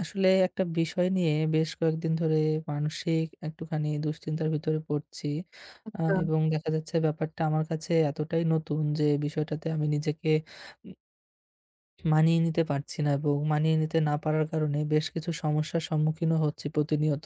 আসলে একটা বিষয় নিয়ে বেশ কয়েকদিন ধরে মানসিক একটুখানি দুশ্চিন্তার ভিতরে পড়ছি। এবং দেখা যাচ্ছে ব্যাপারটা আমার কাছে এতটাই নতুন যে বিষয়টাতে আমি নিজেকে মানিয়ে নিতে পারছি না এবং মানিয়ে নিতে না পারার কারণে বেশ কিছু সমস্যার সম্মুখীনও হচ্ছি প্রতিনিয়ত।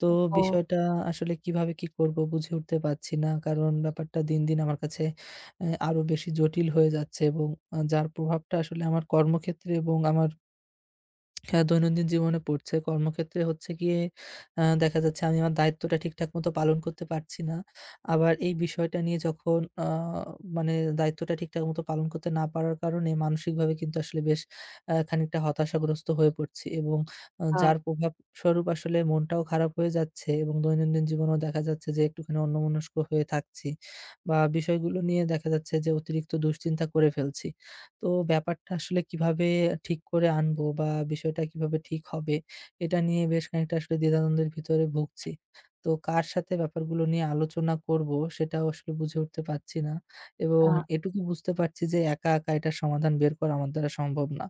তো অভাব। বিষয়টা আসলে কিভাবে কি করব বুঝে উঠতে পারছি না। কারণ ব্যাপারটা দিন দিন আমার কাছে আরো বেশি জটিল হয়ে যাচ্ছে এবং যার প্রভাবটা আসলে আমার কর্মক্ষেত্রে এবং আমার হ্যাঁ, দৈনন্দিন জীবনে পড়ছে। কর্মক্ষেত্রে হচ্ছে গিয়ে দেখা যাচ্ছে আমি আমার দায়িত্বটা ঠিকঠাক মতো পালন করতে পারছি না। আবার এই বিষয়টা নিয়ে যখন মানে দায়িত্বটা ঠিকঠাক মতো পালন করতে না পারার কারণে মানসিকভাবে কিন্তু আসলে বেশ খানিকটা হতাশাগ্রস্ত হয়ে পড়ছি এবং আ যার প্রভাবস্বরূপ আসলে মনটাও খারাপ হয়ে যাচ্ছে এবং দৈনন্দিন জীবনেও দেখা যাচ্ছে যে একটুখানি অন্যমনস্ক হয়ে থাকছি বা বিষয়গুলো নিয়ে দেখা যাচ্ছে যে অতিরিক্ত দুশ্চিন্তা করে ফেলছি। তো ব্যাপারটা আসলে কিভাবে ঠিক করে আনবো বা বিষয়টা কিভাবে ঠিক হবে, এটা নিয়ে বেশ খানিকটা আসলে দ্বিধাদ্বন্দ্বের ভিতরে ভুগছি। তো কার সাথে ব্যাপারগুলো নিয়ে আলোচনা করবো সেটাও আসলে বুঝে উঠতে পারছি না এবং এটুকু বুঝতে পারছি যে একা একা এটার সমাধান বের করা আমার দ্বারা সম্ভব না।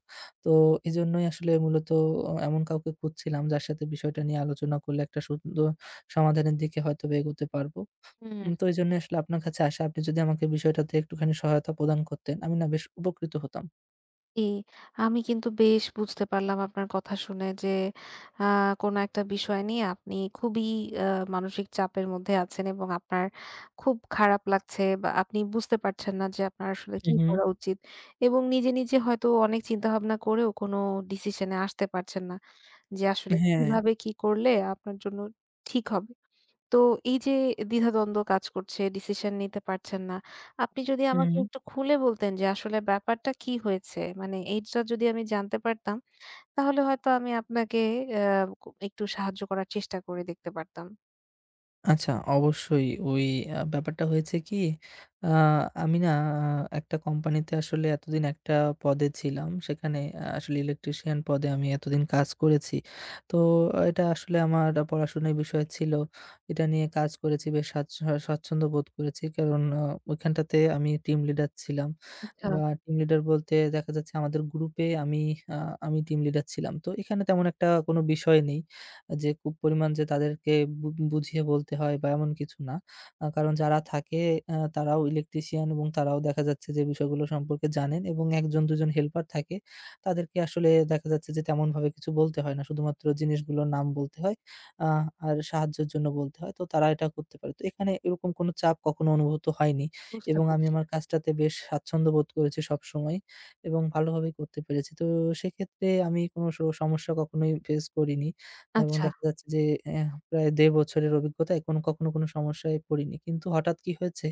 তো এজন্যই আসলে মূলত এমন কাউকে খুঁজছিলাম যার সাথে বিষয়টা নিয়ে আলোচনা করলে একটা সুন্দর সমাধানের দিকে হয়তোবা এগোতে পারবো। হুম, তো এজন্যই আসলে আপনার কাছে আসা। আপনি যদি আমাকে বিষয়টাতে একটুখানি সহায়তা প্রদান করতেন, আমি না বেশ উপকৃত হতাম। জি। আমি কিন্তু বেশ বুঝতে পারলাম আপনার কথা শুনে যে আ কোনো একটা বিষয় নিয়ে আপনি খুবই আ মানসিক চাপের মধ্যে আছেন, এবং আপনার খুব খারাপ লাগছে বা আপনি বুঝতে পারছেন না যে আপনার আসলে কি হুম, হুম। করা উচিত, এবং নিজে, নিজে হয়তো অনেক চিন্তাভাবনা করেও কোনো ডিসিশন এ আসতে পারছেন না যে আসলে হ্যাঁ, কিভাবে কি করলে আপনার জন্য ঠিক হবে। তো এই যে দ্বিধাদ্বন্দ্ব কাজ করছে, ডিসিশন নিতে পারছেন না। আপনি যদি হুম, আমাকে হুম। একটু খুলে বলতেন যে আসলে ব্যাপারটা কি হয়েছে? মানে এইটা যদি আমি জানতে পারতাম, তাহলে হয়তো আমি আপনাকে আ কো একটু সাহায্য করার চেষ্টা করে দেখতে পারতাম। আচ্ছা, অবশ্যই। ওই ব্যাপারটা হয়েছে কি, আ আমি না আ একটা কোম্পানিতে আসলে এতদিন একটা পদে ছিলাম। সেখানে আসলে ইলেকট্রিশিয়ান পদে আমি এতদিন কাজ করেছি। তো এটা আসলে আমার পড়াশোনার বিষয় ছিল। এটা নিয়ে কাজ করেছি, বেশ স্বাচ্ছন্দ্য বোধ করেছি। কারণ ওইখানটাতে আমি টিম লিডার ছিলাম আচ্ছা, বা টিম লিডার বলতে দেখা যাচ্ছে আমাদের গ্রুপে আমি আ আমি টিম লিডার ছিলাম। তো এখানে তেমন একটা কোনো বিষয় নেই। যে খুব পরিমাণ যে তাদেরকে বুঝিয়ে বলতে হয় বা এমন কিছু না। কারণ যারা থাকে তারাও ইলেকট্রিশিয়ান এবং তারাও দেখা যাচ্ছে যে বিষয়গুলো সম্পর্কে জানেন এবং ১ জন ২ জন হেল্পার থাকে। তাদেরকে আসলে দেখা যাচ্ছে যে তেমনভাবে কিছু বলতে হয় না। শুধুমাত্র জিনিসগুলোর নাম বলতে হয়। আ আর সাহায্যের জন্য বলতে হয়। তো তারা এটা করতে পারে। তো এখানে এরকম কোনো চাপ কখনো অনুভূত হয়নি বুঝতে এবং আমি পারছি। আমার কাজটাতে বেশ স্বাচ্ছন্দ্য বোধ করেছি সবসময় এবং ভালোভাবেই করতে পেরেছি। তো সেক্ষেত্রে আমি কোনো সমস্যা কখনোই ফেস করিনি। এবং আচ্ছা, দেখা যাচ্ছে যে অ্যা প্রায় ১.৫ বছরের অভিজ্ঞতায় কোনো কখনো কোনো সমস্যায় পড়িনি। কিন্তু হঠাৎ কি হয়েছে,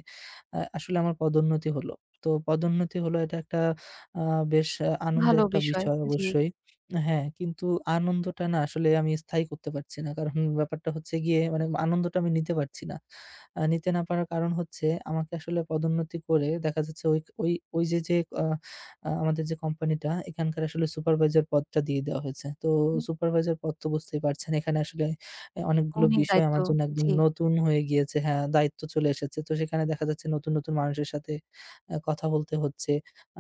আসলে আমার পদোন্নতি হলো। তো পদোন্নতি হলো, এটা একটা আ বেশ আনন্দের ভালো একটা বিষয়। বিষয় জি। অবশ্যই। হ্যাঁ, কিন্তু আনন্দটা না আসলে আমি স্থায়ী করতে পারছি না। কারণ ব্যাপারটা হচ্ছে গিয়ে মানে আনন্দটা আমি নিতে পারছি না। নিতে না পারার কারণ হচ্ছে আমাকে আসলে পদোন্নতি করে দেখা যাচ্ছে ওই যে আ আ আমাদের যে কোম্পানিটা এখানকার আসলে সুপারভাইজার পদটা দিয়ে দেওয়া হয়েছে। তো সুপারভাইজার পদ তো বুঝতেই পারছেন, এখানে আসলে অনেকগুলো অনেক বিষয় দায়িত্ব। আমার জন্য একদম জি। নতুন হয়ে গিয়েছে। হ্যাঁ, দায়িত্ব চলে এসেছে। তো সেখানে দেখা যাচ্ছে নতুন নতুন মানুষের সাথে কথা বলতে হচ্ছে।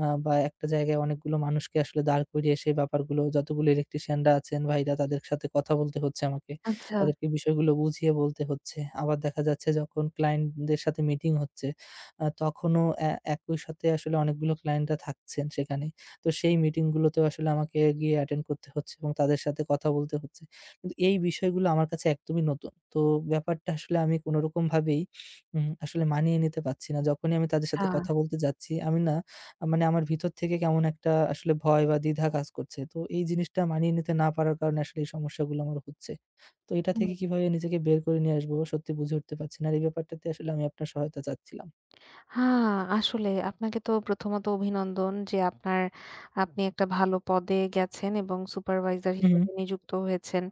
বা একটা জায়গায় অনেকগুলো মানুষকে আসলে দাঁড় করিয়ে সেই ব্যাপারগুলো যতগুলো ইলেকট্রিশিয়ানরা আছেন ভাইরা তাদের সাথে কথা বলতে হচ্ছে আমাকে। আচ্ছা। তাদেরকে বিষয়গুলো বুঝিয়ে বলতে হচ্ছে। আবার দেখা যাচ্ছে যখন ক্লায়েন্টদের সাথে মিটিং হচ্ছে তখনও একই সাথে আসলে অনেকগুলো ক্লায়েন্টরা থাকছেন সেখানে। তো সেই মিটিংগুলোতেও আসলে আমাকে গিয়ে অ্যাটেন্ড করতে হচ্ছে এবং তাদের সাথে কথা বলতে হচ্ছে। কিন্তু এই বিষয়গুলো আমার কাছে একদমই নতুন। তো ব্যাপারটা আসলে আমি কোনোরকমভাবেই আসলে মানিয়ে নিতে পারছি না। যখনই আমি তাদের আ সাথে কথা বলতে যাচ্ছি, আমি না মানে আমার ভিতর থেকে কেমন একটা আসলে ভয় বা দ্বিধা কাজ করছে। তো এই জিনিসটা মানিয়ে নিতে না পারার কারণে আসলে এই সমস্যাগুলো আমার হচ্ছে। তো এটা থেকে কিভাবে নিজেকে বের করে নিয়ে আসবো সত্যি বুঝে উঠতে পারছি না। আর এই ব্যাপারটাতে আসলে আমি আপনার সহায়তা চাচ্ছিলাম। হ্যাঁ, আসলে আপনাকে তো প্রথমত অভিনন্দন, যে আপনার আপনি একটা ভালো পদে গেছেন এবং সুপারভাইজার হু, হু। হিসেবে নিযুক্ত হয়েছেন।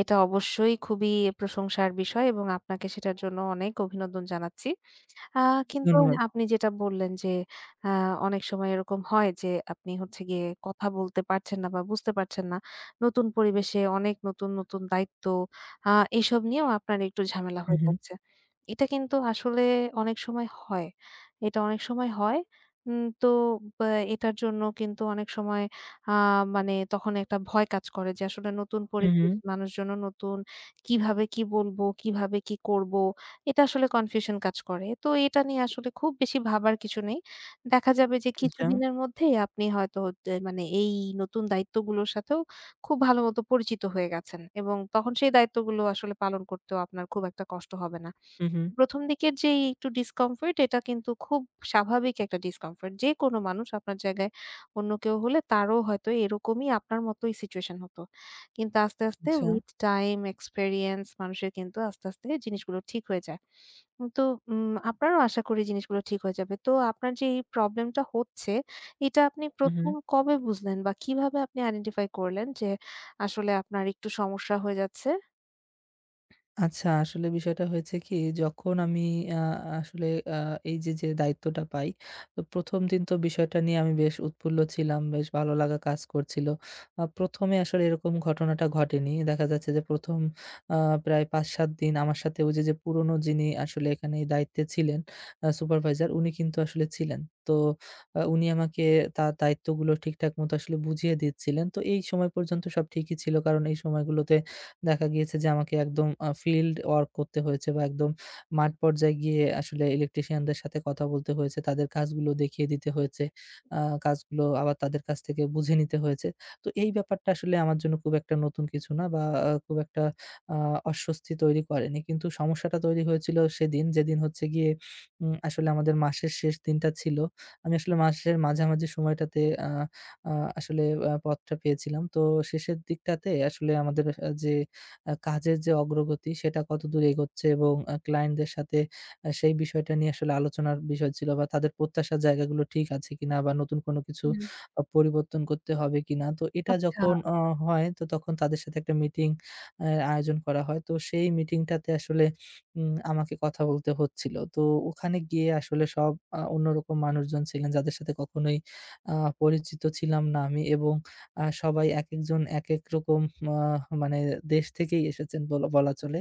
এটা অবশ্যই খুবই প্রশংসার বিষয়, এবং আপনাকে সেটার জন্য অনেক অভিনন্দন জানাচ্ছি। আ কিন্তু ধন্যবাদ। আপনি যেটা বললেন যে, আ অনেক সময় এরকম হয় যে, আপনি হচ্ছে গিয়ে কথা বলতে পারছেন না বা বুঝতে পারছেন না। নতুন পরিবেশে অনেক নতুন, নতুন দায়িত্ব, আ এসব নিয়েও আপনার একটু ঝামেলা হু, হয়ে হু। যাচ্ছে। এটা কিন্তু আসলে অনেক সময় হয়। এটা অনেক সময় হয়। তো, বা এটার জন্য কিন্তু অনেক সময় আ মানে তখন একটা ভয় কাজ করে যে, আসলে নতুন হু, হু। পরিবেশ, মানুষজনও নতুন। কিভাবে কি বলবো? কিভাবে কি করব? এটা আসলে কনফিউশন কাজ করে। তো এটা নিয়ে আসলে খুব বেশি ভাবার কিছু নেই। দেখা যাবে যে আচ্ছা। কিছুদিনের মধ্যেই আপনি হয়তো মানে এই নতুন দায়িত্বগুলোর সাথেও খুব ভালোমতো পরিচিত হয়ে গেছেন, এবং তখন সেই দায়িত্বগুলো আসলে পালন করতেও আপনার খুব একটা কষ্ট হবে না। হু, হু। ১ম দিকের যেই একটু ডিসকমফোর্ট, এটা কিন্তু খুব স্বাভাবিক একটা ডিসকমফোর্ট। যেকোনো মানুষ আপনার জায়গায় অন্য কেউ হলে তারও হয়তো এরকমই আপনার মতোই সিচুয়েশন হতো। কিন্তু আস্তে, আস্তে আচ্ছা। with time experience মানুষের কিন্তু আস্তে, আস্তে জিনিসগুলো ঠিক হয়ে যায়। তো আপনারও আশা করি জিনিসগুলো ঠিক হয়ে যাবে। তো আপনার যে এই প্রবলেমটা হচ্ছে, এটা আপনি হু, হু। ১ম কবে বুঝলেন বা কিভাবে আপনি আইডেন্টিফাই করলেন যে আসলে আপনার একটু সমস্যা হয়ে যাচ্ছে? আচ্ছা, আসলে বিষয়টা হয়েছে কি? যখন আমি আ আসলে আ এই যে দায়িত্বটা পাই, তো ১ম দিন তো বিষয়টা নিয়ে আমি বেশ উৎফুল্ল ছিলাম, বেশ ভালো লাগা কাজ করছিল। ১ম এ আসলে এরকম ঘটনাটা ঘটেনি। দেখা যাচ্ছে যে ১ম আ প্রায় ৫-৭ দিন আমার সাথে ওই যে পুরনো যিনি আসলে এখানে এই দায়িত্বে ছিলেন সুপারভাইজার, উনি কিন্তু আসলে ছিলেন। তো উনি আমাকে তার দায়িত্বগুলো ঠিকঠাক মতো আসলে বুঝিয়ে দিচ্ছিলেন। তো এই সময় পর্যন্ত সব ঠিকই ছিল। কারণ এই সময়গুলোতে দেখা গিয়েছে যে আমাকে একদম ফিল্ড ওয়ার্ক করতে হয়েছে বা একদম মাঠ পর্যায়ে গিয়ে আসলে ইলেকট্রিশিয়ানদের সাথে কথা বলতে হয়েছে। তাদের কাজগুলো দেখিয়ে দিতে হয়েছে। আ কাজগুলো আবার তাদের কাছ থেকে বুঝে নিতে হয়েছে। তো এই ব্যাপারটা আসলে আমার জন্য খুব একটা নতুন কিছু না বা খুব একটা আ অস্বস্তি তৈরি করেনি। কিন্তু সমস্যাটা তৈরি হয়েছিল সেদিন, যেদিন হচ্ছে গিয়ে আসলে আমাদের মাসের শেষ দিনটা ছিল। আমি আসলে মাসের মাঝামাঝি সময়টাতে আ আ আসলে পদটা পেয়েছিলাম। তো শেষের দিকটাতে আসলে আমাদের যে কাজের যে অগ্রগতি সেটা কতদূর এগোচ্ছে এবং ক্লায়েন্টদের সাথে সেই বিষয়টা নিয়ে আসলে আলোচনার বিষয় ছিল বা তাদের প্রত্যাশার জায়গাগুলো ঠিক আছে কিনা বা নতুন কোনো কিছু হুম, পরিবর্তন করতে হবে কিনা। তো এটা আচ্ছা। যখন হয় তো তখন তাদের সাথে একটা মিটিং আয়োজন করা হয়। তো সেই মিটিংটাতে আসলে আমাকে কথা বলতে হচ্ছিল। তো ওখানে গিয়ে আসলে সব অন্যরকম মানুষজন ছিলেন যাদের সাথে কখনোই আ পরিচিত ছিলাম না আমি এবং সবাই একেকজন একেক রকম আ মানে দেশ থেকেই এসেছেন বলা বলা চলে।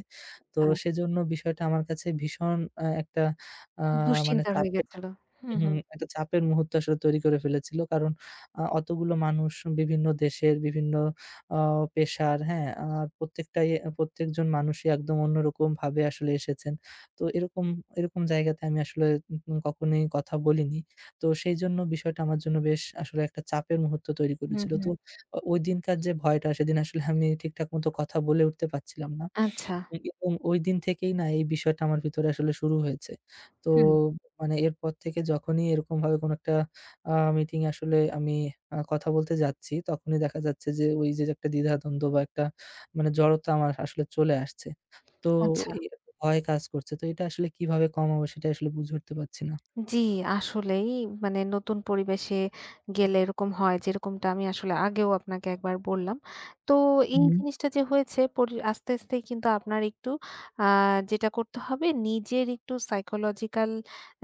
তো সেজন্য বিষয়টা আমার কাছে ভীষণ একটা আ মানে দুশ্চিন্তা রয়ে চাপের, গেছিল। হুম, হুম, হুম, একটা চাপের মুহূর্ত আসলে তৈরি করে ফেলেছিল। কারণ অতগুলো মানুষ বিভিন্ন দেশের, বিভিন্ন আ পেশার, হ্যাঁ? আর প্রত্যেকটাই প্রত্যেকজন মানুষই একদম অন্যরকমভাবে আসলে এসেছেন। তো এরকম এরকম জায়গাতে আমি আসলে কখনোই কথা বলিনি। তো সেইজন্য বিষয়টা আমার জন্য বেশ আসলে একটা চাপের মুহূর্ত তৈরি হুম, করেছিল। তো হুম। ওইদিনকার যে ভয়টা সেদিন আসলে আমি ঠিকঠাক মতো কথা বলে উঠতে পারছিলাম না। আচ্ছা, এবং ঐদিন থেকেই না এই বিষয়টা আমার ভিতরে আসলে শুরু হয়েছে। তো হুম। মানে এরপর থেকে যখনই এরকমভাবে কোনো একটা মিটিং এ আসলে আমি কথা বলতে যাচ্ছি, তখনই দেখা যাচ্ছে যে ওই যে একটা দ্বিধাদ্বন্দ্ব বা একটা মানে জড়তা আমার আসলে চলে আসছে। তো আচ্ছা। এই একটা ভয় কাজ করছে। তো এটা আসলে কিভাবে কমাবো সেটা আসলে বুঝে উঠতে পারছি না। জি, আসলেই মানে নতুন পরিবেশে গেলে এরকম হয়, যেরকমটা আমি আসলে আগেও আপনাকে একবার বললাম। তো এই হুম, জিনিসটা যে হয়েছে, আস্তে, আস্তেই কিন্তু আপনার একটু আ যেটা করতে হবে, নিজের একটু সাইকোলজিক্যাল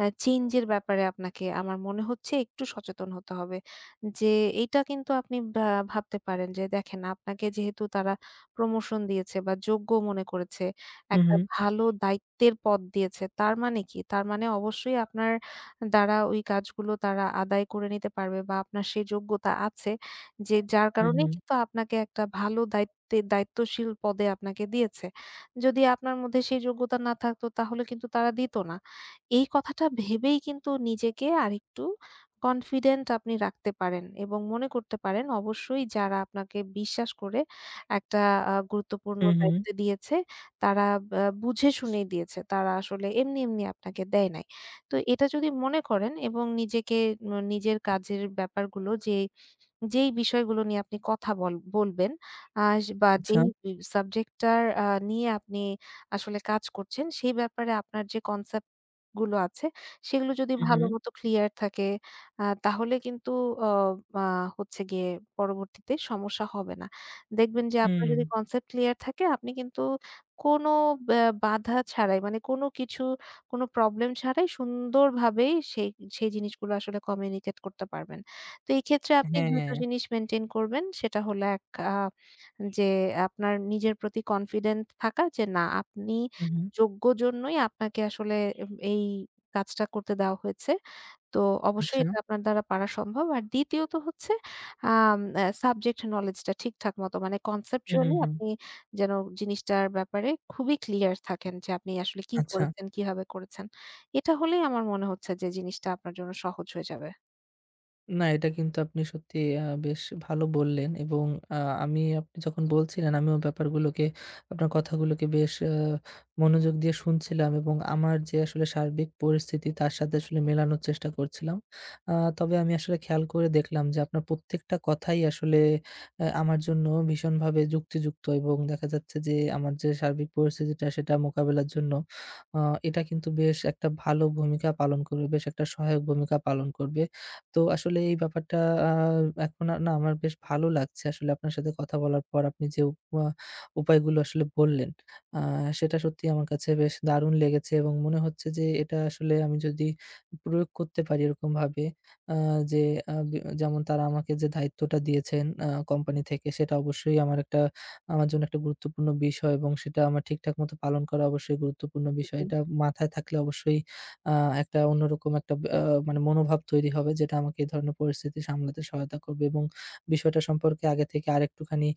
চেঞ্জ এর ব্যাপারে আপনাকে আমার মনে হচ্ছে একটু সচেতন হতে হবে। যে এইটা কিন্তু আপনি ভাবতে পারেন যে দেখেন, আপনাকে যেহেতু তারা প্রমোশন দিয়েছে বা যোগ্য মনে করেছে, হু, একটা হু, ভালো দায়িত্বের পদ দিয়েছে। তার মানে কি? তার মানে অবশ্যই আপনার দ্বারা ওই কাজগুলো তারা আদায় করে নিতে পারবে বা আপনার সেই যোগ্যতা আছে, যে যার হু, হু, কারণেই কিন্তু আপনাকে একটা ভালো দায়িত্বে, দায়িত্বশীল পদে আপনাকে দিয়েছে। যদি আপনার মধ্যে সেই যোগ্যতা না থাকতো, তাহলে কিন্তু তারা দিত না। এই কথাটা ভেবেই কিন্তু নিজেকে আরেকটু কনফিডেন্ট আপনি রাখতে পারেন, এবং মনে করতে পারেন অবশ্যই যারা আপনাকে বিশ্বাস করে একটা গুরুত্বপূর্ণ হু, হু, দায়িত্ব দিয়েছে, তারা বুঝে শুনেই দিয়েছে। তারা আসলে এমনি, এমনি আপনাকে দেয় নাই। তো এটা যদি মনে করেন, এবং নিজেকে নিজের কাজের ব্যাপারগুলো, যে যেই বিষয়গুলো নিয়ে আপনি কথা বলবেন, আ বা আচ্ছা, যেই সাবজেক্টটার নিয়ে আপনি আসলে কাজ করছেন, সেই ব্যাপারে আপনার যে কনসেপ্ট গুলো আছে, সেগুলো যদি হু, হু, ভালোমতো ক্লিয়ার থাকে, তাহলে কিন্তু অ আ হচ্ছে গিয়ে পরবর্তীতে সমস্যা হবে না। দেখবেন যে আপনার হুম, যদি কনসেপ্ট ক্লিয়ার থাকে, আপনি কিন্তু কোনো ব্যা বাধা ছাড়াই, মানে কোনো কিছু, কোনো প্রবলেম ছাড়াই সুন্দরভাবেই সেই, সেই জিনিসগুলো আসলে কমিউনিকেট করতে পারবেন। তো এই ক্ষেত্রে আপনি ২টো টো হ্যাঁ, জিনিস মেইনটেইন করবেন। সেটা হলো এক, আ যে আপনার নিজের প্রতি কনফিডেন্ট থাকা, যে না, আপনি হু, হু, যোগ্য জন্যই আপনাকে আসলে এই কাজটা করতে দেওয়া হয়েছে। তো অবশ্যই আচ্ছা, এটা আপনার দ্বারা পারা সম্ভব। আর দ্বিতীয়ত হচ্ছে আম আ সাবজেক্ট নলেজটা ঠিকঠাক মতো, মানে হু, হু, কনসেপচুয়ালি হু, আপনি যেন জিনিসটার ব্যাপারে খুবই ক্লিয়ার থাকেন, যে আপনি আসলে কি আচ্ছা। করেছেন, কিভাবে করেছেন। এটা হলেই আমার মনে হচ্ছে যে জিনিসটা আপনার জন্য সহজ হয়ে যাবে। না, এটা কিন্তু আপনি সত্যি বেশ ভালো বললেন এবং আ আমি আপনি যখন বলছিলেন আমিও ব্যাপারগুলোকে আপনার কথাগুলোকে বেশ মনোযোগ দিয়ে শুনছিলাম এবং আমার যে আসলে সার্বিক পরিস্থিতি তার সাথে আসলে মেলানোর চেষ্টা করছিলাম। আ তবে আমি আসলে খেয়াল করে দেখলাম যে আপনার প্রত্যেকটা কথাই আসলে আমার জন্য ভীষণভাবে যুক্তিযুক্ত এবং দেখা যাচ্ছে যে আমার যে সার্বিক পরিস্থিতিটা সেটা মোকাবেলার জন্য আ এটা কিন্তু বেশ একটা ভালো ভূমিকা পালন করবে, বেশ একটা সহায়ক ভূমিকা পালন করবে। তো আসলে এই ব্যাপারটা আ এখন আর না আমার বেশ ভালো লাগছে আসলে আপনার সাথে কথা বলার পর আপনি যে উপায়গুলো আসলে বললেন, আ সেটা সত্যিই আমার কাছে বেশ দারুণ লেগেছে এবং মনে হচ্ছে যে এটা আসলে আমি যদি প্রয়োগ করতে পারি এরকমভাবে আ যে আ বি যেমন তারা আমাকে যে দায়িত্বটা দিয়েছেন কোম্পানি থেকে সেটা অবশ্যই আমার একটা আমার জন্য একটা গুরুত্বপূর্ণ বিষয় এবং সেটা আমার ঠিকঠাক মতো পালন করা অবশ্যই গুরুত্বপূর্ণ বিষয়। জি। এটা মাথায় থাকলে অবশ্যই আ একটা অন্যরকম একটা মানে মনোভাব তৈরি হবে যেটা আমাকে এ ধরনের পরিস্থিতি সামলাতে সহায়তা করবে এবং বিষয়টা সম্পর্কে আগে থেকে আরেকটুখানি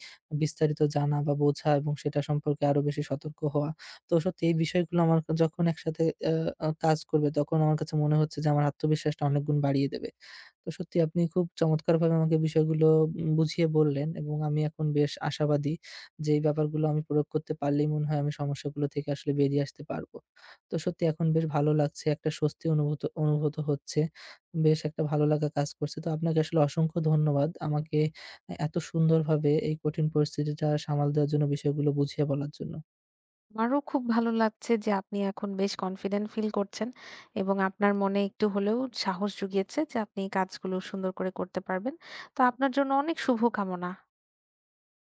বিস্তারিত জানা বা বোঝা এবং সেটা সম্পর্কে আরো বেশি সতর্ক হওয়া। তো সত্যি এই বিষয়গুলো আমার যখন একসাথে আ আ কাজ করবে তখন আমার কাছে মনে হচ্ছে যে আমার আত্মবিশ্বাসটা অনেক গুণ বাড়িয়ে দেবে। তো সত্যি আপনি খুব চমৎকারভাবে আমাকে বিষয়গুলো বুঝিয়ে বললেন এবং আমি এখন বেশ আশাবাদী যে এই ব্যাপারগুলো আমি প্রয়োগ করতে পারলেই মনে হয় আমি সমস্যাগুলো থেকে আসলে বেরিয়ে আসতে পারবো। তো সত্যি এখন বেশ ভালো লাগছে, একটা স্বস্তি অনুভূত অনুভূত হচ্ছে। বেশ একটা ভালো লাগা কাজ করছে। তো আপনাকে আসলে অসংখ্য ধন্যবাদ। আমাকে এত সুন্দরভাবে এই কঠিন পরিস্থিতিটা সামাল দেওয়ার জন্য, বিষয়গুলো বুঝিয়ে বলার জন্য। আমারও খুব ভালো লাগছে যে আপনি এখন বেশ কনফিডেন্ট ফিল করছেন, এবং আপনার মনে একটু হলেও সাহস জুগিয়েছে যে আপনি এই কাজগুলো সুন্দর করে করতে পারবেন। তো আপনার জন্য অনেক শুভকামনা।